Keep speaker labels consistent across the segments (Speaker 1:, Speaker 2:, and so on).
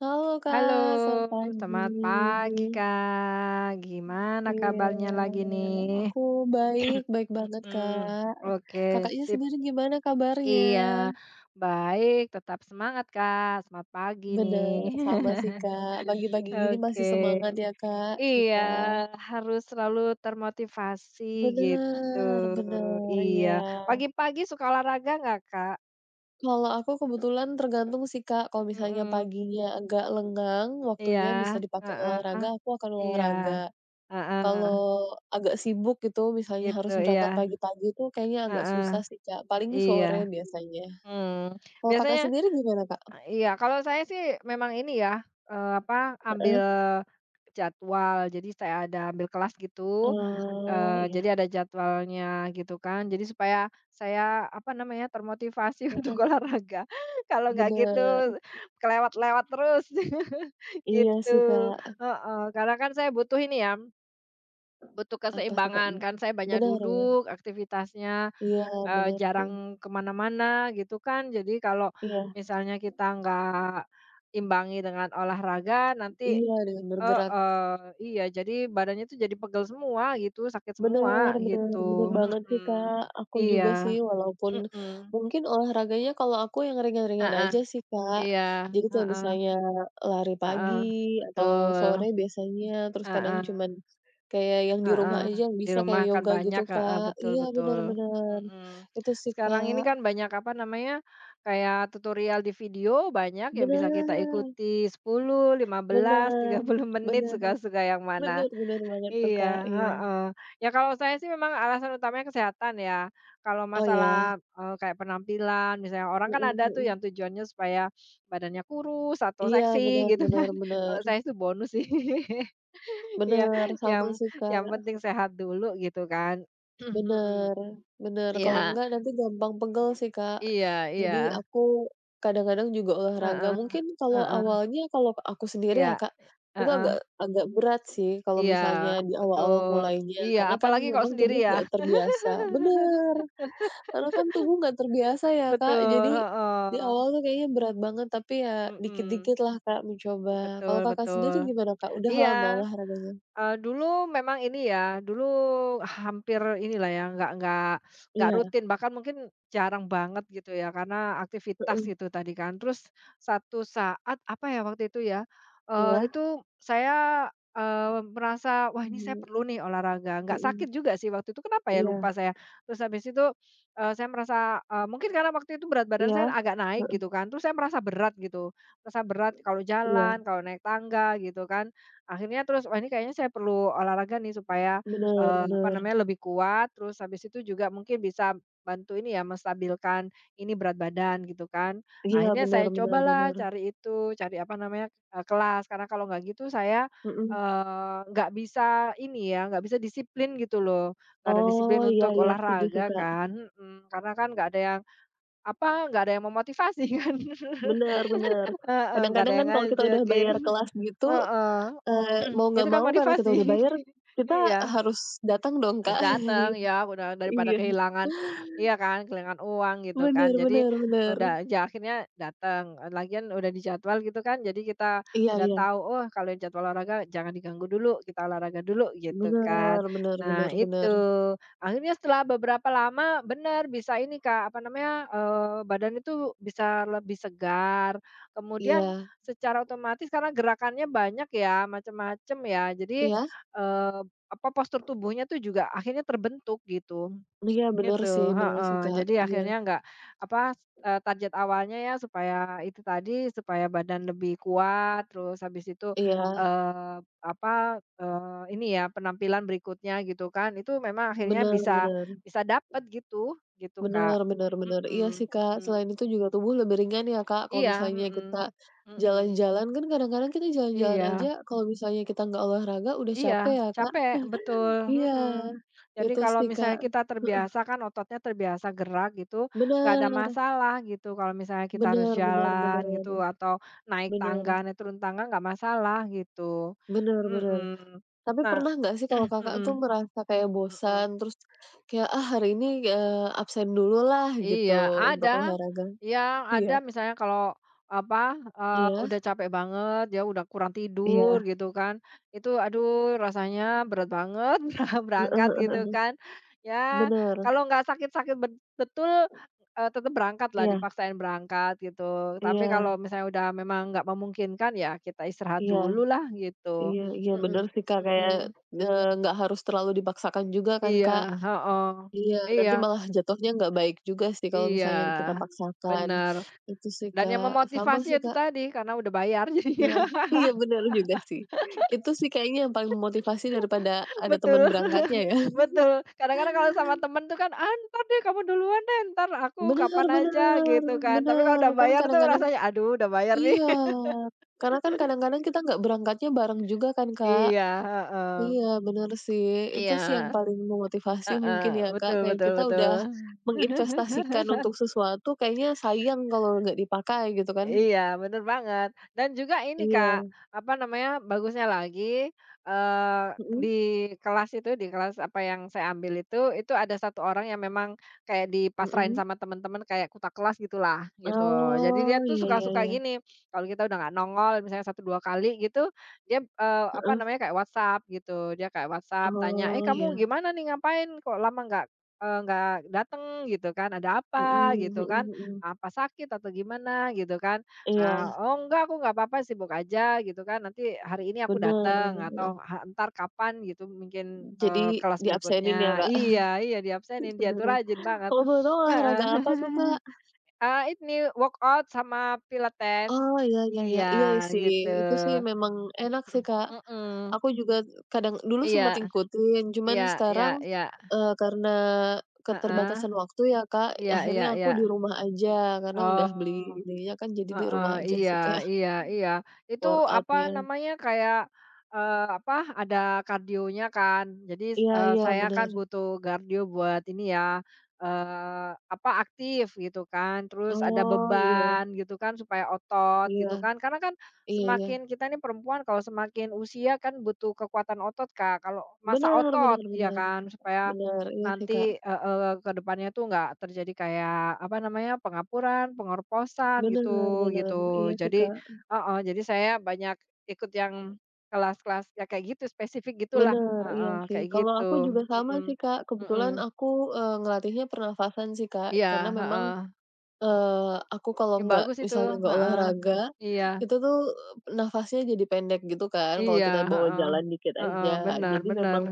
Speaker 1: Halo
Speaker 2: Halo,
Speaker 1: Kak, selamat pagi.
Speaker 2: selamat pagi, Kak. Gimana
Speaker 1: Iya,
Speaker 2: kabarnya lagi nih?
Speaker 1: aku baik, baik banget
Speaker 2: Mhm.
Speaker 1: Kak.
Speaker 2: Oke,
Speaker 1: Kakaknya
Speaker 2: sip.
Speaker 1: sendiri gimana kabarnya?
Speaker 2: Iya, baik, tetap semangat, Kak. Selamat pagi nih.
Speaker 1: Bener, sama sih Kak. Pagi-pagi gini masih
Speaker 2: Oke.
Speaker 1: semangat ya Kak,
Speaker 2: Iya,
Speaker 1: kita.
Speaker 2: harus selalu termotivasi gitu.
Speaker 1: Bener, bener,
Speaker 2: Iya.
Speaker 1: iya.
Speaker 2: Pagi-pagi suka olahraga nggak, Kak?
Speaker 1: Kalau aku kebetulan tergantung sih Kak, kalau misalnya
Speaker 2: Mhm,
Speaker 1: paginya agak lengang,
Speaker 2: iya,
Speaker 1: waktunya bisa dipakai
Speaker 2: heeh,
Speaker 1: olahraga, aku akan
Speaker 2: iya,
Speaker 1: olahraga.
Speaker 2: heeh,
Speaker 1: Kalau agak sibuk gitu, misalnya
Speaker 2: itu
Speaker 1: harus
Speaker 2: iya,
Speaker 1: berangkat pagi-pagi itu kayaknya agak
Speaker 2: heeh,
Speaker 1: susah sih, Kak, paling
Speaker 2: iya.
Speaker 1: sore biasanya.
Speaker 2: Mmm,
Speaker 1: Kalau Kakak
Speaker 2: biasanya
Speaker 1: sendiri gimana, Kak?
Speaker 2: iya kalau saya sih memang ini ya, apa, ambil
Speaker 1: Heeh.
Speaker 2: jadwal. Jadi saya ada ambil kelas gitu,
Speaker 1: Oh, iya,
Speaker 2: jadi ada jadwalnya gitu kan. Jadi supaya saya, apa namanya, termotivasi untuk
Speaker 1: heeh,
Speaker 2: olahraga. Kalau nggak gitu
Speaker 1: bener.
Speaker 2: kelewat-lewat terus
Speaker 1: Iya
Speaker 2: gitu,
Speaker 1: sih, Kak,
Speaker 2: heeh. Karena kan saya butuh ini ya, butuh
Speaker 1: apa sih, Kak,
Speaker 2: keseimbangan kan, saya banyak
Speaker 1: bener bener,
Speaker 2: duduk aktivitasnya.
Speaker 1: iya
Speaker 2: Eee,
Speaker 1: bener sih,
Speaker 2: jarang kemana mana gitu kan. Jadi kalau
Speaker 1: iya
Speaker 2: misalnya kita nggak imbangi dengan olahraga nanti
Speaker 1: iya, dengan bergerak.
Speaker 2: heeh, iya jadi badannya tuh jadi pegel semua gitu, sakit
Speaker 1: Bener
Speaker 2: semua
Speaker 1: bener bener
Speaker 2: gitu,
Speaker 1: banget sih,
Speaker 2: mhm.
Speaker 1: Kak. Aku juga sih
Speaker 2: Iya,
Speaker 1: walaupun
Speaker 2: mhm,
Speaker 1: mungkin olahraganya kalau aku yang ringan-ringan
Speaker 2: heeh,
Speaker 1: aja sih, Kak.
Speaker 2: iya,
Speaker 1: Jadi kayak
Speaker 2: heeh,
Speaker 1: misalnya lari pagi
Speaker 2: heeh,
Speaker 1: atau sore
Speaker 2: betul,
Speaker 1: biasanya, terus kadang
Speaker 2: heeh.
Speaker 1: cuman kayak yang di
Speaker 2: Heeh,
Speaker 1: rumah aja yang
Speaker 2: di
Speaker 1: bisa
Speaker 2: rumah
Speaker 1: kayak
Speaker 2: kan
Speaker 1: yoga gitu,
Speaker 2: banyak, heeh,
Speaker 1: Kak.
Speaker 2: betul
Speaker 1: Iya,
Speaker 2: betul,
Speaker 1: bener bener.
Speaker 2: mhm.
Speaker 1: Itu sih,
Speaker 2: Sekarang ini kan
Speaker 1: Kak.
Speaker 2: banyak, apa namanya, kayak tutorial di video banyak yang bisa kita
Speaker 1: Bener
Speaker 2: ikuti sepuluh, lima belas, tiga
Speaker 1: bener
Speaker 2: puluh menit,
Speaker 1: bener
Speaker 2: suka-suka yang mana.
Speaker 1: bener bener banget tuh,
Speaker 2: Iya,
Speaker 1: Kak, iya.
Speaker 2: heeh. Ya kalau saya sih memang alasan utamanya kesehatan ya, kalau
Speaker 1: Oh, ya?
Speaker 2: masalah, kayak penampilan misalnya orang kan
Speaker 1: Mhm
Speaker 2: ada tuh
Speaker 1: mhm.
Speaker 2: yang tujuannya supaya badannya kurus atau
Speaker 1: Iya,
Speaker 2: seksi
Speaker 1: benar
Speaker 2: gitu
Speaker 1: benar
Speaker 2: kan, kalau
Speaker 1: benar
Speaker 2: saya itu bonus sih. Iya,
Speaker 1: benar
Speaker 2: yang
Speaker 1: sama sih,
Speaker 2: yang
Speaker 1: Kak.
Speaker 2: penting sehat dulu gitu kan. Mhm.
Speaker 1: Bener bener, kalau
Speaker 2: Iya
Speaker 1: enggak nanti gampang pegel sih, Kak.
Speaker 2: iya iya,
Speaker 1: Jadi aku kadang-kadang juga olahraga
Speaker 2: heeh
Speaker 1: mungkin kalau
Speaker 2: heeh,
Speaker 1: awalnya kalau aku sendiri
Speaker 2: iya,
Speaker 1: ya, Kak, itu
Speaker 2: heeh,
Speaker 1: agak agak berat sih kalau
Speaker 2: iya,
Speaker 1: misalnya di awal-awal
Speaker 2: betul.
Speaker 1: mulainya,
Speaker 2: Iya,
Speaker 1: karena kan
Speaker 2: apalagi kalau
Speaker 1: memang
Speaker 2: sendiri
Speaker 1: tubuh
Speaker 2: ya,
Speaker 1: nggak terbiasa bener, karena kan tubuh nggak terbiasa ya, Kak.
Speaker 2: betul,
Speaker 1: Jadi di
Speaker 2: heeh,
Speaker 1: awal tuh kayaknya berat banget, tapi ya dikit-dikit
Speaker 2: mhm,
Speaker 1: lah, Kak, mencoba.
Speaker 2: betul
Speaker 1: Kalau Kakak
Speaker 2: betul.
Speaker 1: sendiri gimana, Kak? Udah lama
Speaker 2: Iya.
Speaker 1: olahraganya?
Speaker 2: Dulu memang ini ya, dulu hampir inilah ya, nggak
Speaker 1: Iya,
Speaker 2: rutin, bahkan mungkin jarang banget gitu ya, karena aktivitas
Speaker 1: heeh,
Speaker 2: gitu tadi kan. Terus satu saat, apa ya waktu itu ya,
Speaker 1: iya,
Speaker 2: itu saya, merasa, "Wah, ini saya
Speaker 1: mhm,
Speaker 2: perlu nih olahraga." Nggak sakit
Speaker 1: mhm,
Speaker 2: juga sih waktu itu, kenapa ya
Speaker 1: iya.
Speaker 2: lupa saya. Terus habis itu, saya merasa, mungkin karena waktu itu berat badan
Speaker 1: Iya,
Speaker 2: saya agak naik
Speaker 1: heeh,
Speaker 2: gitu kan, terus saya merasa berat gitu, merasa berat kalau
Speaker 1: iya,
Speaker 2: jalan, kalau naik tangga gitu kan. Akhirnya terus, wah ini kayaknya saya perlu olahraga nih supaya,
Speaker 1: bener
Speaker 2: apa
Speaker 1: bener.
Speaker 2: namanya, lebih kuat, terus habis itu juga mungkin bisa bantu ini ya, menstabilkan ini berat badan gitu kan.
Speaker 1: Iya,
Speaker 2: Akhirnya
Speaker 1: bener
Speaker 2: saya
Speaker 1: bener
Speaker 2: cobalah
Speaker 1: bener,
Speaker 2: cari itu, cari apa namanya, kelas, karena kalau nggak gitu saya,
Speaker 1: mhm.
Speaker 2: nggak bisa ini ya, nggak bisa disiplin gitu loh, nggak ada disiplin
Speaker 1: Oh, iya
Speaker 2: untuk
Speaker 1: iya, setuju sih,
Speaker 2: olahraga
Speaker 1: Kak.
Speaker 2: kan, mhm, karena kan nggak ada yang apa, nggak ada yang memotivasi kan,
Speaker 1: Bener bener.
Speaker 2: heeh, nggak ada
Speaker 1: Kadang-kadang
Speaker 2: yang
Speaker 1: kan kalau kita udah
Speaker 2: ngajakin.
Speaker 1: bayar kelas gitu,
Speaker 2: Heeh,
Speaker 1: mau
Speaker 2: itu
Speaker 1: nggak
Speaker 2: kan
Speaker 1: mau karena kita
Speaker 2: motivasi.
Speaker 1: udah bayar, kita
Speaker 2: Iya.
Speaker 1: harus datang dong,
Speaker 2: Harus
Speaker 1: Kak.
Speaker 2: dateng, ya udah daripada
Speaker 1: Iya,
Speaker 2: kehilangan iya kan, kehilangan uang gitu kan.
Speaker 1: bener
Speaker 2: Jadi
Speaker 1: bener bener.
Speaker 2: udah aja akhirnya datang, lagian udah dijadwal gitu kan, jadi kita
Speaker 1: Iya
Speaker 2: udah
Speaker 1: iya,
Speaker 2: tahu, oh kalau yang jadwal olahraga jangan diganggu dulu, kita olahraga dulu gitu kan.
Speaker 1: bener bener
Speaker 2: Nah
Speaker 1: bener
Speaker 2: itu,
Speaker 1: bener.
Speaker 2: akhirnya setelah beberapa lama bener bisa ini Kak, apa namanya, badan itu bisa lebih segar, kemudian
Speaker 1: Iya,
Speaker 2: secara otomatis karena gerakannya banyak ya, macam-macam ya, jadi,
Speaker 1: iya?
Speaker 2: eee apa, postur tubuhnya tuh juga akhirnya terbentuk gitu,
Speaker 1: Iya,
Speaker 2: gitu,
Speaker 1: bener sih,
Speaker 2: heeh.
Speaker 1: Kak.
Speaker 2: Jadi
Speaker 1: Iya
Speaker 2: akhirnya nggak apa, target awalnya ya supaya itu tadi, supaya badan lebih kuat, terus habis itu,
Speaker 1: iya,
Speaker 2: eee, apa, ini ya penampilan berikutnya gitu kan, itu memang akhirnya
Speaker 1: bener
Speaker 2: bisa
Speaker 1: bener.
Speaker 2: bisa dapat gitu, gitu Kak.
Speaker 1: Bener bener bener. Iya
Speaker 2: Mhm
Speaker 1: sih, Kak.
Speaker 2: mhm.
Speaker 1: Selain itu juga tubuh lebih ringan ya, Kak, kalau
Speaker 2: Iya,
Speaker 1: misalnya
Speaker 2: mhm,
Speaker 1: kita
Speaker 2: mhm,
Speaker 1: jalan-jalan kan kadang-kadang kita jalan-jalan aja
Speaker 2: iya.
Speaker 1: kalau misalnya kita nggak olahraga udah
Speaker 2: Iya,
Speaker 1: capek ya, Kak.
Speaker 2: capek, betul,
Speaker 1: Iya,
Speaker 2: mhm. Jadi
Speaker 1: itu
Speaker 2: kalau
Speaker 1: sih, Kak.
Speaker 2: misalnya kita terbiasa kan ototnya terbiasa gerak gitu, nggak ada
Speaker 1: Benar
Speaker 2: masalah gitu, kalau misalnya kita harus
Speaker 1: benar benar
Speaker 2: jalan
Speaker 1: benar
Speaker 2: gitu atau naik tangga,
Speaker 1: benar
Speaker 2: naik turun tangga nggak masalah gitu,
Speaker 1: benar benar.
Speaker 2: mhm.
Speaker 1: Tapi
Speaker 2: Nah.
Speaker 1: pernah nggak sih kalau Kakak
Speaker 2: Mmm.
Speaker 1: tuh merasa kayak
Speaker 2: Mhm mhm.
Speaker 1: bosan terus kayak, "Ah, hari ini, absen dulu lah
Speaker 2: Iya,
Speaker 1: gitu untuk
Speaker 2: ada
Speaker 1: olahraga?" Iya.
Speaker 2: ada misalnya kalau apa,
Speaker 1: Iya?
Speaker 2: udah capek banget, ya udah kurang tidur
Speaker 1: Iya.
Speaker 2: gitu kan, itu aduh rasanya berat banget
Speaker 1: Heeh
Speaker 2: berangkat
Speaker 1: heeh
Speaker 2: gitu
Speaker 1: heeh.
Speaker 2: kan. Ya
Speaker 1: Bener.
Speaker 2: kalau nggak sakit-sakit betul, tetap berangkat lah
Speaker 1: Iya
Speaker 2: dipaksain berangkat gitu. Tapi kalau
Speaker 1: iya
Speaker 2: misalnya udah memang nggak memungkinkan, ya kita istirahat dulu
Speaker 1: iya.
Speaker 2: lah gitu.
Speaker 1: Iya iya bener
Speaker 2: Mhm
Speaker 1: sih Kak, kayak,
Speaker 2: mhm.
Speaker 1: nggak harus terlalu dipaksakan juga kan
Speaker 2: Iya,
Speaker 1: Kak.
Speaker 2: heeh.
Speaker 1: Iya,
Speaker 2: Iya
Speaker 1: nanti malah jatuhnya nggak baik juga sih kalau
Speaker 2: iya,
Speaker 1: misalnya kita paksakan.
Speaker 2: benar.
Speaker 1: Itu sih
Speaker 2: Dan yang
Speaker 1: Kak, sama
Speaker 2: memotivasi ya
Speaker 1: sih
Speaker 2: itu
Speaker 1: Kak,
Speaker 2: tadi, karena udah bayar
Speaker 1: heeh,
Speaker 2: jadinya.
Speaker 1: iya bener juga sih. Itu sih kayaknya yang paling memotivasi daripada ada teman
Speaker 2: Betul,
Speaker 1: berangkatnya ya.
Speaker 2: betul. Kadang-kadang kalau sama temen tuh kan, "Ah, entar deh kamu duluan deh, entar aku
Speaker 1: Bener
Speaker 2: kapan
Speaker 1: bener
Speaker 2: aja," gitu kan. Tapi kalau
Speaker 1: bener,
Speaker 2: udah
Speaker 1: kan
Speaker 2: bayar tuh
Speaker 1: kadang-kadang
Speaker 2: rasanya, "Aduh udah bayar nih."
Speaker 1: iya, karena kan kadang-kadang kita nggak berangkatnya bareng juga kan Kak.
Speaker 2: Iya, heeh.
Speaker 1: Iya, bener sih. Itu sih yang
Speaker 2: Iya,
Speaker 1: paling memotivasi
Speaker 2: heeh,
Speaker 1: mungkin ya,
Speaker 2: betul
Speaker 1: Kak. Kayak
Speaker 2: betul
Speaker 1: kita
Speaker 2: betul.
Speaker 1: udah menginvestasikan untuk sesuatu, kayaknya sayang kalau nggak dipakai gitu kan.
Speaker 2: Iya, bener banget. Dan juga ini, Kak,
Speaker 1: Iya.
Speaker 2: apa namanya, bagusnya lagi, eee, di
Speaker 1: Mhm
Speaker 2: kelas itu, di kelas apa yang saya ambil itu ada satu orang yang memang kayak dipasrahin
Speaker 1: mhm.
Speaker 2: sama teman-teman kayak kutak kelas gitulah, gitu. Jadi dia
Speaker 1: Oh,
Speaker 2: tuh
Speaker 1: iya iya
Speaker 2: suka-suka
Speaker 1: iya.
Speaker 2: gini, kalau kita udah nggak nongol misalnya satu 2 kali gitu, dia, apa
Speaker 1: Heeh.
Speaker 2: namanya, kayak WhatsApp gitu, dia kayak WhatsApp tanya, "Eh,
Speaker 1: Oh,
Speaker 2: kamu
Speaker 1: iya.
Speaker 2: gimana nih? Ngapain? Kok lama nggak, nggak dateng?" Gitu kan, "Ada apa?"
Speaker 1: Mhm
Speaker 2: Gitu
Speaker 1: mhm
Speaker 2: kan.
Speaker 1: mhm.
Speaker 2: Apa sakit atau gimana gitu kan,
Speaker 1: Iya,
Speaker 2: ah, "Oh enggak, aku nggak apa-apa, sibuk aja," gitu kan, "nanti hari ini aku
Speaker 1: bener
Speaker 2: datang
Speaker 1: bener, heeh.
Speaker 2: atau "entar kapan," gitu, mungkin,
Speaker 1: Jadi
Speaker 2: "kelas
Speaker 1: diabsenin ya,
Speaker 2: berikutnya."
Speaker 1: Kak?
Speaker 2: Iya iya, diabsenin, dia tuh
Speaker 1: Bener.
Speaker 2: rajin banget.
Speaker 1: Kalau boleh tahu
Speaker 2: Heeh.
Speaker 1: olahraga apa tuh, Kak?
Speaker 2: Ini workout sama pilates.
Speaker 1: Oh, iya iya iya.
Speaker 2: Iya,
Speaker 1: Iya sih,
Speaker 2: gitu.
Speaker 1: itu sih memang enak sih,
Speaker 2: Mhm
Speaker 1: Kak.
Speaker 2: mhm.
Speaker 1: Aku juga kadang dulu sempat
Speaker 2: Iya
Speaker 1: ngikutin, cuman
Speaker 2: iya iya
Speaker 1: sekarang,
Speaker 2: iya.
Speaker 1: karena
Speaker 2: Heeh.
Speaker 1: keterbatasan waktu ya, Kak,
Speaker 2: Iya iya
Speaker 1: akhirnya aku
Speaker 2: iya.
Speaker 1: di rumah aja karena udah beli
Speaker 2: Oh.
Speaker 1: ininya kan jadi di
Speaker 2: Heeh,
Speaker 1: rumah aja
Speaker 2: iya
Speaker 1: sih, Kak,
Speaker 2: iya iya. Itu apa
Speaker 1: workout-nya.
Speaker 2: namanya, kayak, apa, ada kardionya kan. Jadi,
Speaker 1: Iya iya,
Speaker 2: saya kan
Speaker 1: bener.
Speaker 2: butuh kardio buat ini ya, apa, aktif gitu kan, terus ada
Speaker 1: Oh, iya
Speaker 2: beban gitu kan supaya otot gitu
Speaker 1: iya
Speaker 2: kan. Karena kan
Speaker 1: iya iya.
Speaker 2: semakin kita nih perempuan kalau semakin usia kan butuh kekuatan otot, Kak, kalau masa
Speaker 1: Bener
Speaker 2: otot,
Speaker 1: bener
Speaker 2: ya
Speaker 1: bener
Speaker 2: kan, supaya
Speaker 1: bener, iya sih, Kak.
Speaker 2: nanti heeh, ke depannya tuh nggak terjadi kayak, apa namanya, pengapuran, pengorposan
Speaker 1: Bener
Speaker 2: gitu
Speaker 1: bener,
Speaker 2: gitu.
Speaker 1: iya sih,
Speaker 2: Jadi
Speaker 1: Kak.
Speaker 2: heeh, jadi saya banyak ikut yang kelas-kelas ya kayak gitu, spesifik gitulah,
Speaker 1: Bener, iya
Speaker 2: heeh,
Speaker 1: sih.
Speaker 2: kayak
Speaker 1: Kalau aku
Speaker 2: gitu,
Speaker 1: juga sama
Speaker 2: mhm,
Speaker 1: sih, Kak,
Speaker 2: mhm,
Speaker 1: kebetulan aku, ngelatihnya pernafasan sih, Kak,
Speaker 2: iya,
Speaker 1: karena memang
Speaker 2: heeh,
Speaker 1: Aku
Speaker 2: ya
Speaker 1: kalau
Speaker 2: bagus
Speaker 1: nggak
Speaker 2: itu,
Speaker 1: misalnya nggak
Speaker 2: heeh,
Speaker 1: olahraga,
Speaker 2: iya
Speaker 1: itu tuh nafasnya jadi pendek gitu kan, kalau
Speaker 2: iya,
Speaker 1: kita bawa
Speaker 2: heeh,
Speaker 1: jalan dikit
Speaker 2: heeh,
Speaker 1: aja.
Speaker 2: benar
Speaker 1: Jadi
Speaker 2: benar,
Speaker 1: memang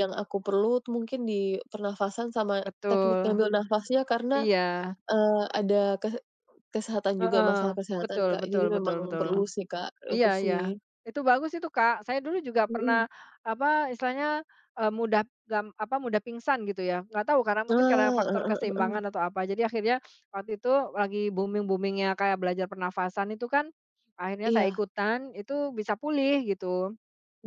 Speaker 1: yang aku perlu tuh mungkin di pernafasan sama teknik
Speaker 2: betul,
Speaker 1: ngambil nafasnya karena,
Speaker 2: iya,
Speaker 1: ada kes kesehatan juga,
Speaker 2: heeh,
Speaker 1: masalah kesehatan,
Speaker 2: betul
Speaker 1: Kak.
Speaker 2: betul
Speaker 1: Jadi
Speaker 2: betul
Speaker 1: memang
Speaker 2: betul.
Speaker 1: perlu sih, Kak,
Speaker 2: Iya
Speaker 1: itu
Speaker 2: iya.
Speaker 1: sih.
Speaker 2: Itu bagus itu, Kak. Saya dulu juga
Speaker 1: Mhm.
Speaker 2: pernah, apa, istilahnya, mudah apa, mudah pingsan gitu ya. Nggak tahu karena mungkin karena
Speaker 1: Nah,
Speaker 2: faktor
Speaker 1: heeh heeh.
Speaker 2: keseimbangan atau apa. Jadi akhirnya waktu itu lagi boomingnya kayak belajar pernafasan itu kan, akhirnya saya
Speaker 1: Iya,
Speaker 2: ikutan, itu bisa pulih gitu.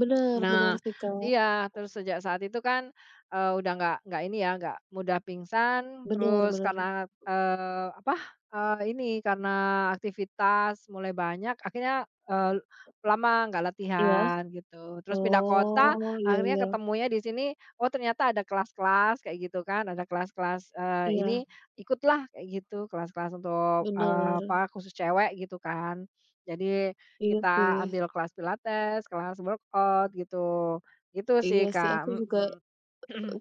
Speaker 1: bener bener
Speaker 2: Nah,
Speaker 1: sih, Kak.
Speaker 2: iya, terus sejak saat itu kan, udah nggak ini ya, nggak mudah pingsan,
Speaker 1: Bener
Speaker 2: terus
Speaker 1: bener.
Speaker 2: karena, apa, ini, karena aktivitas mulai banyak akhirnya, lama nggak
Speaker 1: Iya?
Speaker 2: latihan gitu. Terus pindah kota,
Speaker 1: Oh, iya
Speaker 2: akhirnya
Speaker 1: iya.
Speaker 2: ketemunya di sini, oh ternyata ada kelas-kelas kayak gitu kan, ada kelas-kelas,
Speaker 1: Iya,
Speaker 2: ini, ikutlah kayak gitu, kelas-kelas untuk,
Speaker 1: bener.
Speaker 2: apa, khusus cewek gitu kan. Jadi
Speaker 1: Iya
Speaker 2: kita
Speaker 1: sih.
Speaker 2: ambil kelas pilates, kelas workout gitu. Gitu sih,
Speaker 1: Iya sih,
Speaker 2: Kak,
Speaker 1: aku juga
Speaker 2: mhm.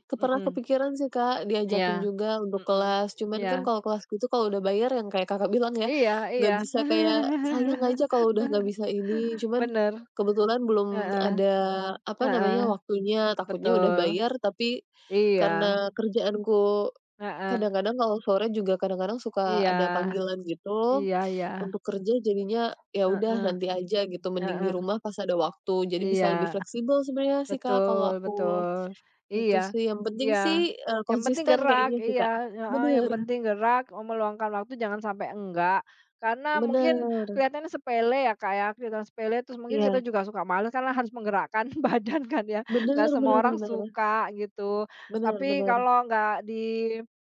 Speaker 1: pernah
Speaker 2: Mhm,
Speaker 1: kepikiran sih, Kak,
Speaker 2: iya.
Speaker 1: diajakin juga untuk
Speaker 2: Mhm,
Speaker 1: kelas, cuman
Speaker 2: iya.
Speaker 1: kan kalau kelas gitu kalau udah bayar yang kayak Kakak bilang ya,
Speaker 2: Iya iya.
Speaker 1: nggak bisa kayak sayang aja kalau udah nggak bisa ini, cuman
Speaker 2: Bener,
Speaker 1: kebetulan belum
Speaker 2: heeh
Speaker 1: ada, apa
Speaker 2: heeh,
Speaker 1: namanya, waktunya, takutnya udah
Speaker 2: betul.
Speaker 1: bayar tapi
Speaker 2: Iya,
Speaker 1: karena kerjaanku
Speaker 2: heeh,
Speaker 1: kadang-kadang kalau sore juga kadang-kadang suka
Speaker 2: iya,
Speaker 1: ada panggilan gitu
Speaker 2: iya iya,
Speaker 1: untuk kerja jadinya ya udah
Speaker 2: heeh
Speaker 1: nanti aja gitu, mending di
Speaker 2: heeh,
Speaker 1: rumah pas ada waktu, jadi bisa lebih
Speaker 2: iya.
Speaker 1: fleksibel sebenarnya sih, Kak, kalau
Speaker 2: Betul
Speaker 1: aku.
Speaker 2: betul.
Speaker 1: Itu
Speaker 2: Iya
Speaker 1: sih yang penting
Speaker 2: iya.
Speaker 1: sih,
Speaker 2: Yang penting
Speaker 1: konsisten
Speaker 2: gerak,
Speaker 1: kayaknya sih,
Speaker 2: iya,
Speaker 1: Kak.
Speaker 2: heeh, yang
Speaker 1: Bener
Speaker 2: penting gerak, meluangkan waktu jangan sampai enggak. Karena mungkin
Speaker 1: bener,
Speaker 2: kelihatannya sepele ya, Kak, ya, kelihatan sepele terus mungkin kita
Speaker 1: iya,
Speaker 2: juga suka males karena harus menggerakkan badan kan ya,
Speaker 1: bener
Speaker 2: nggak semua
Speaker 1: bener
Speaker 2: orang
Speaker 1: bener
Speaker 2: suka gitu.
Speaker 1: bener
Speaker 2: Tapi
Speaker 1: bener
Speaker 2: kalau nggak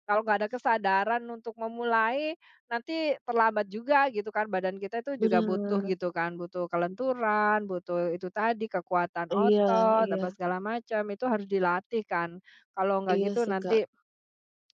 Speaker 2: kalau nggak ada kesadaran untuk memulai, nanti terlambat juga gitu kan, badan kita itu juga
Speaker 1: bener,
Speaker 2: butuh gitu kan, butuh kelenturan, butuh itu tadi kekuatan
Speaker 1: iya
Speaker 2: otot,
Speaker 1: iya
Speaker 2: apa segala macam, itu harus dilatih kan. Kalau nggak
Speaker 1: iya
Speaker 2: gitu
Speaker 1: sih, Kak,
Speaker 2: nanti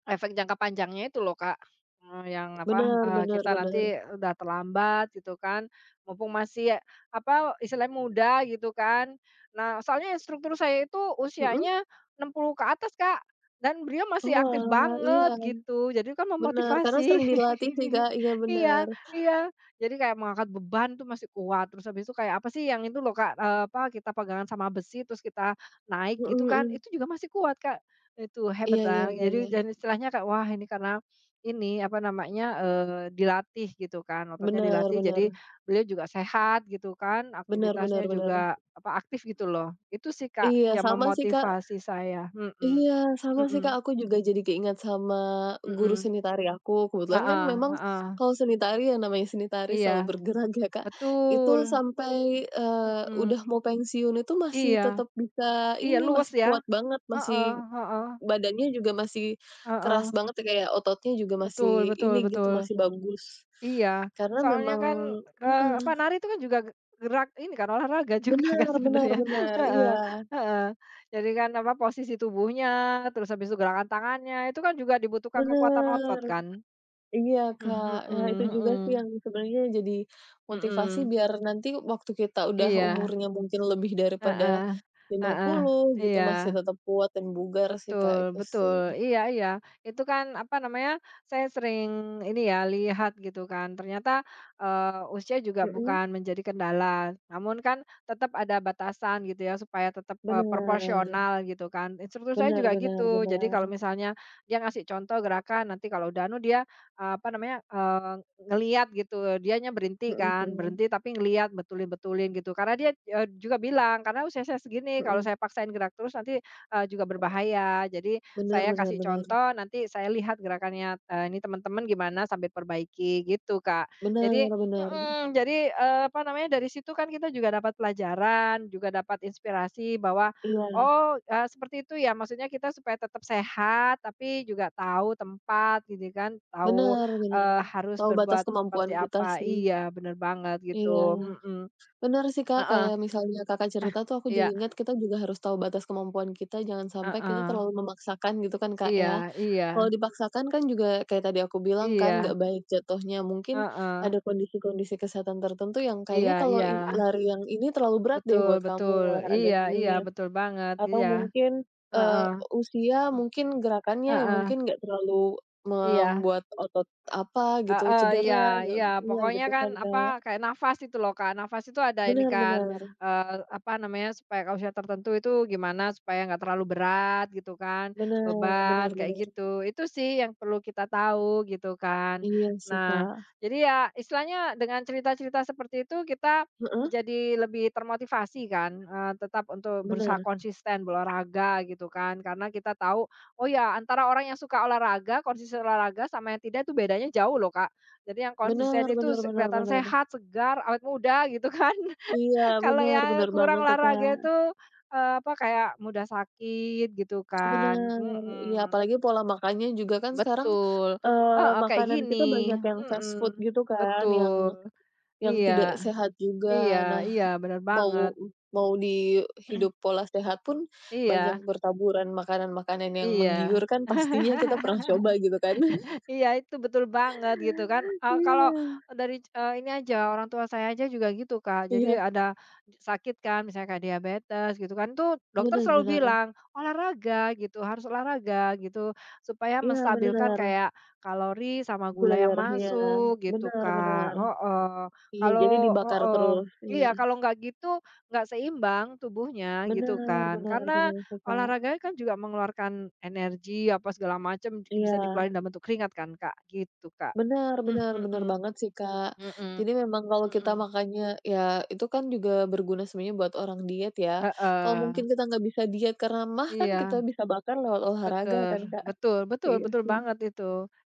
Speaker 2: efek jangka panjangnya itu loh, Kak, yang apa,
Speaker 1: bener bener
Speaker 2: kita
Speaker 1: bener,
Speaker 2: nanti udah terlambat gitu kan, mumpung masih apa, istilahnya muda gitu kan. Nah, soalnya instruktur saya itu
Speaker 1: mhm,
Speaker 2: usianya 60 ke atas, Kak, dan beliau masih aktif
Speaker 1: olah, iya,
Speaker 2: banget gitu, jadi kan
Speaker 1: bener, karena
Speaker 2: memotivasi.
Speaker 1: sering dilatih sih, Kak, iya
Speaker 2: Iya
Speaker 1: bener,
Speaker 2: iya, jadi kayak mengangkat beban tuh masih kuat, terus habis itu kayak apa sih yang itu loh, Kak, apa, kita pegangan sama besi terus kita naik
Speaker 1: mhm
Speaker 2: gitu kan,
Speaker 1: mhm,
Speaker 2: itu juga masih kuat, Kak. Itu hebat
Speaker 1: iya iya
Speaker 2: lah.
Speaker 1: iya
Speaker 2: Jadi
Speaker 1: iya,
Speaker 2: dan istilahnya kayak wah ini karena ini, apa namanya, dilatih gitu kan, ototnya
Speaker 1: bener
Speaker 2: dilatih jadi
Speaker 1: bener
Speaker 2: beliau juga sehat gitu kan,
Speaker 1: bener
Speaker 2: aktivitasnya
Speaker 1: bener bener,
Speaker 2: juga, apa, aktif gitu loh. Itu sih Kak,
Speaker 1: iya
Speaker 2: yang
Speaker 1: sama sih, Kak.
Speaker 2: memotivasi saya. Mhm.
Speaker 1: Iya, sama sih, Kak, aku juga jadi keingat sama guru
Speaker 2: Mhm,
Speaker 1: seni tari aku.
Speaker 2: ah
Speaker 1: Kebetulan kan memang
Speaker 2: ah ah.
Speaker 1: kalau seni tari yang namanya seni tari selalu
Speaker 2: Iya,
Speaker 1: bergerak ya, Kak. Itu
Speaker 2: betul.
Speaker 1: sampai,
Speaker 2: Mhm.
Speaker 1: udah mau pensiun itu masih
Speaker 2: Iya
Speaker 1: tetap bisa
Speaker 2: iya,
Speaker 1: ini,
Speaker 2: luas
Speaker 1: masih
Speaker 2: ya.
Speaker 1: kuat banget,
Speaker 2: Heeh
Speaker 1: masih
Speaker 2: heeh
Speaker 1: badannya juga masih
Speaker 2: heeh.
Speaker 1: keras banget ya, kayak ototnya juga masih
Speaker 2: Betul betul
Speaker 1: ini gitu,
Speaker 2: betul.
Speaker 1: masih bagus.
Speaker 2: Iya,
Speaker 1: Karena
Speaker 2: soalnya
Speaker 1: memang
Speaker 2: kan, apa,
Speaker 1: heeh,
Speaker 2: nari itu kan juga gerak ini kan, olahraga juga kan
Speaker 1: benar benar
Speaker 2: sebenarnya.
Speaker 1: bener,
Speaker 2: Heeh
Speaker 1: iya,
Speaker 2: heeh. Jadi kan, apa, posisi tubuhnya, terus habis itu gerakan tangannya, itu kan juga dibutuhkan kekuatan otot
Speaker 1: benar.
Speaker 2: kan.
Speaker 1: Iya,
Speaker 2: Mhm
Speaker 1: Kak. Nah, itu
Speaker 2: mhm
Speaker 1: juga sih
Speaker 2: mhm.
Speaker 1: yang sebenarnya jadi motivasi
Speaker 2: Mhm.
Speaker 1: biar nanti waktu kita udah
Speaker 2: Iya.
Speaker 1: umurnya mungkin lebih daripada
Speaker 2: Heeh.
Speaker 1: lima
Speaker 2: Heeh.
Speaker 1: puluh gitu,
Speaker 2: Iya.
Speaker 1: masih tetap kuat dan bugar sih, Kak,
Speaker 2: Betul
Speaker 1: itu
Speaker 2: betul.
Speaker 1: sih.
Speaker 2: Iya iya. Itu kan, apa namanya, saya sering ini ya, lihat gitu kan. Ternyata, usia juga
Speaker 1: Mhm,
Speaker 2: bukan menjadi kendala. Namun kan tetap ada batasan gitu ya, supaya tetap,
Speaker 1: benar,
Speaker 2: proporsional gitu kan. Instruktur saya
Speaker 1: benar,
Speaker 2: juga
Speaker 1: benar.
Speaker 2: gitu. Jadi
Speaker 1: Benar,
Speaker 2: kalau misalnya dia ngasih contoh gerakan, nanti kalau udah anu dia, apa namanya, ngelihat gitu, dianya berhenti
Speaker 1: mhm
Speaker 2: kan,
Speaker 1: mhm.
Speaker 2: berhenti tapi ngelihat, betulin-betulin gitu. Karena dia, juga bilang, "Karena usia saya segini, kalau
Speaker 1: Mhm.
Speaker 2: saya paksain gerak terus nanti juga berbahaya. Jadi
Speaker 1: Benar,
Speaker 2: saya
Speaker 1: bener
Speaker 2: kasih
Speaker 1: bener.
Speaker 2: contoh, nanti saya lihat gerakannya, ini teman-teman gimana sambil perbaiki gitu, Kak." Jadi
Speaker 1: Bener bener.
Speaker 2: mhm, jadi, apa namanya, dari situ kan kita juga dapat pelajaran, juga dapat inspirasi bahwa,
Speaker 1: Iya,
Speaker 2: oh, seperti itu ya maksudnya kita supaya tetap sehat, tapi juga tahu tempat gitu kan, tahu,
Speaker 1: benar, benar.
Speaker 2: harus
Speaker 1: Tahu batas
Speaker 2: berbuat
Speaker 1: kemampuan
Speaker 2: seperti
Speaker 1: kita
Speaker 2: apa.
Speaker 1: sih.
Speaker 2: Iya, bener banget gitu,
Speaker 1: Iya.
Speaker 2: mhm,
Speaker 1: Bener sih, Kak,
Speaker 2: heeh.
Speaker 1: kayak misalnya Kakak
Speaker 2: Ah,
Speaker 1: cerita tuh aku jadi
Speaker 2: iya,
Speaker 1: ingat kita juga harus tahu batas kemampuan kita, jangan sampai kita
Speaker 2: heeh,
Speaker 1: terlalu memaksakan gitu kan, Kak,
Speaker 2: iya
Speaker 1: ya.
Speaker 2: iya
Speaker 1: Kalau dipaksakan kan juga kayak tadi aku bilang kan
Speaker 2: iya.
Speaker 1: nggak baik jatuhnya, mungkin
Speaker 2: Heeh,
Speaker 1: ada kondisi-kondisi kesehatan tertentu yang kayaknya
Speaker 2: iya
Speaker 1: kalau
Speaker 2: iya,
Speaker 1: lari yang ini terlalu berat deh
Speaker 2: betul
Speaker 1: buat kamu
Speaker 2: betul,
Speaker 1: olahraga
Speaker 2: iya iya,
Speaker 1: ini,
Speaker 2: betul banget,
Speaker 1: atau
Speaker 2: iya,
Speaker 1: mungkin, eee,
Speaker 2: heeh
Speaker 1: usia mungkin gerakannya yang
Speaker 2: heeh,
Speaker 1: mungkin nggak terlalu
Speaker 2: iya.
Speaker 1: membuat otot apa gitu
Speaker 2: Heeh, iya
Speaker 1: cedera, nah
Speaker 2: iya,
Speaker 1: iya
Speaker 2: pokoknya
Speaker 1: gitu
Speaker 2: kan,
Speaker 1: kan,
Speaker 2: apa,
Speaker 1: Kak.
Speaker 2: kayak nafas itu loh, Kak. Nafas itu ada ini
Speaker 1: Benar
Speaker 2: kan,
Speaker 1: benar
Speaker 2: apa namanya, supaya ke usia tertentu itu gimana supaya nggak terlalu berat gitu kan,
Speaker 1: benar
Speaker 2: beban
Speaker 1: benar
Speaker 2: kayak
Speaker 1: benar.
Speaker 2: gitu. Itu sih yang perlu kita tahu gitu kan.
Speaker 1: Iya sih,
Speaker 2: Nah,
Speaker 1: Kak.
Speaker 2: jadi ya istilahnya dengan cerita-cerita seperti itu kita
Speaker 1: Heeh,
Speaker 2: jadi lebih termotivasi kan, tetap untuk berusaha
Speaker 1: bener.
Speaker 2: konsisten berolahraga gitu kan, karena kita tahu. Oh ya, antara orang yang suka olahraga, konsisten olahraga sama yang tidak itu bedanya jauh loh, Kak. Jadi yang konsisten
Speaker 1: Bener
Speaker 2: itu
Speaker 1: bener bener
Speaker 2: kelihatan
Speaker 1: bener.
Speaker 2: sehat, segar, awet muda gitu kan.
Speaker 1: Iya,
Speaker 2: Kalau
Speaker 1: bener
Speaker 2: yang
Speaker 1: bener
Speaker 2: kurang
Speaker 1: banget tuh,
Speaker 2: olahraga
Speaker 1: Kak.
Speaker 2: itu, apa, kayak mudah sakit gitu kan.
Speaker 1: Bener. Iya,
Speaker 2: Mhm,
Speaker 1: apalagi pola makannya juga kan sekarang,
Speaker 2: betul. Heeh, kayak
Speaker 1: makanan
Speaker 2: gini.
Speaker 1: kita banyak yang
Speaker 2: Mhm,
Speaker 1: fast food gitu kan,
Speaker 2: betul.
Speaker 1: yang
Speaker 2: Iya
Speaker 1: tidak sehat
Speaker 2: iya
Speaker 1: juga. Nah,
Speaker 2: iya, benar banget.
Speaker 1: mau mau di hidup pola sehat pun banyak
Speaker 2: Iya
Speaker 1: bertaburan makanan-makanan yang
Speaker 2: iya.
Speaker 1: menggiurkan, pastinya kita pernah coba gitu kan.
Speaker 2: Iya, itu betul banget gitu kan, kalau
Speaker 1: Iya.
Speaker 2: dari, ini aja, orang tua saya aja juga gitu, Kak. Jadi
Speaker 1: Iya,
Speaker 2: ada sakit kan, misalnya kayak diabetes gitu kan, tuh dokter
Speaker 1: bener
Speaker 2: selalu
Speaker 1: bener.
Speaker 2: bilang, "Olahraga," gitu, "harus olahraga," gitu, supaya
Speaker 1: Iya,
Speaker 2: menstabilkan
Speaker 1: bener.
Speaker 2: kayak kalori sama
Speaker 1: Gula
Speaker 2: gula yang
Speaker 1: darahnya.
Speaker 2: masuk gitu,
Speaker 1: Bener
Speaker 2: Kak.
Speaker 1: bener.
Speaker 2: Heeh,
Speaker 1: Iya,
Speaker 2: kalau
Speaker 1: jadi dibakar
Speaker 2: heeh,
Speaker 1: terus, iya.
Speaker 2: iya, kalau nggak gitu, nggak seimbang tubuhnya gitu
Speaker 1: Benar,
Speaker 2: kan,
Speaker 1: benar,
Speaker 2: karena
Speaker 1: benar, sih, Kak.
Speaker 2: olahraga kan juga mengeluarkan energi, apa segala macam, bisa dikeluarin
Speaker 1: Iya,
Speaker 2: dalam bentuk keringat kan, Kak, gitu, Kak.
Speaker 1: benar, benar, benar
Speaker 2: Mhm,
Speaker 1: banget sih, Kak.
Speaker 2: mhm,
Speaker 1: Jadi memang kalau kita
Speaker 2: mhm,
Speaker 1: makannya ya itu kan juga berguna sebenarnya buat orang diet ya. Kalau
Speaker 2: heeh,
Speaker 1: mungkin kita nggak bisa diet karena mah kan kita
Speaker 2: iya,
Speaker 1: bisa bakar lewat olahraga
Speaker 2: betul
Speaker 1: kan, Kak.
Speaker 2: betul betul
Speaker 1: Iya
Speaker 2: betul
Speaker 1: sih
Speaker 2: banget itu,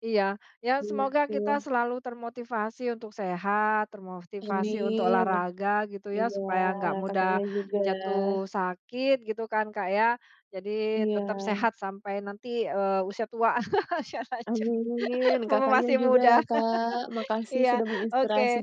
Speaker 2: iya. Ya
Speaker 1: iya
Speaker 2: semoga
Speaker 1: sih,
Speaker 2: kita
Speaker 1: wah.
Speaker 2: selalu termotivasi untuk sehat, termotivasi untuk
Speaker 1: Amin.
Speaker 2: olahraga gitu ya,
Speaker 1: Iya,
Speaker 2: supaya nggak mudah
Speaker 1: Kakaknya juga.
Speaker 2: jatuh sakit gitu kan, Kak, ya. Jadi
Speaker 1: Iya,
Speaker 2: tetap sehat sampai nanti, usia tua, masya Allah,
Speaker 1: amin. Kakaknya
Speaker 2: masih
Speaker 1: juga ya,
Speaker 2: muda.
Speaker 1: Kak. Makasih
Speaker 2: Iya,
Speaker 1: sudah
Speaker 2: oke.
Speaker 1: menginspirasi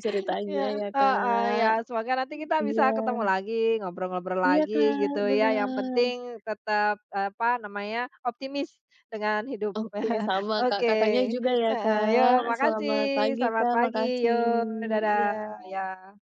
Speaker 2: Iya,
Speaker 1: ceritanya ya,
Speaker 2: heeh, ya
Speaker 1: Kak.
Speaker 2: semoga nanti kita bisa ketemu
Speaker 1: Iya.
Speaker 2: lagi, ngobrol-ngobrol
Speaker 1: Iya,
Speaker 2: lagi
Speaker 1: Kak,
Speaker 2: gitu ya, yang
Speaker 1: benar.
Speaker 2: penting tetap, apa namanya, optimis dengan hidup.
Speaker 1: Oke, sama, Kak.
Speaker 2: Oke,
Speaker 1: Kakaknya juga ya,
Speaker 2: heeh, yo
Speaker 1: Kak.
Speaker 2: makasih,
Speaker 1: Selamat pagi,
Speaker 2: selamat
Speaker 1: Kak,
Speaker 2: pagi, yo,
Speaker 1: makasih.
Speaker 2: dadah,
Speaker 1: Iya.
Speaker 2: ya.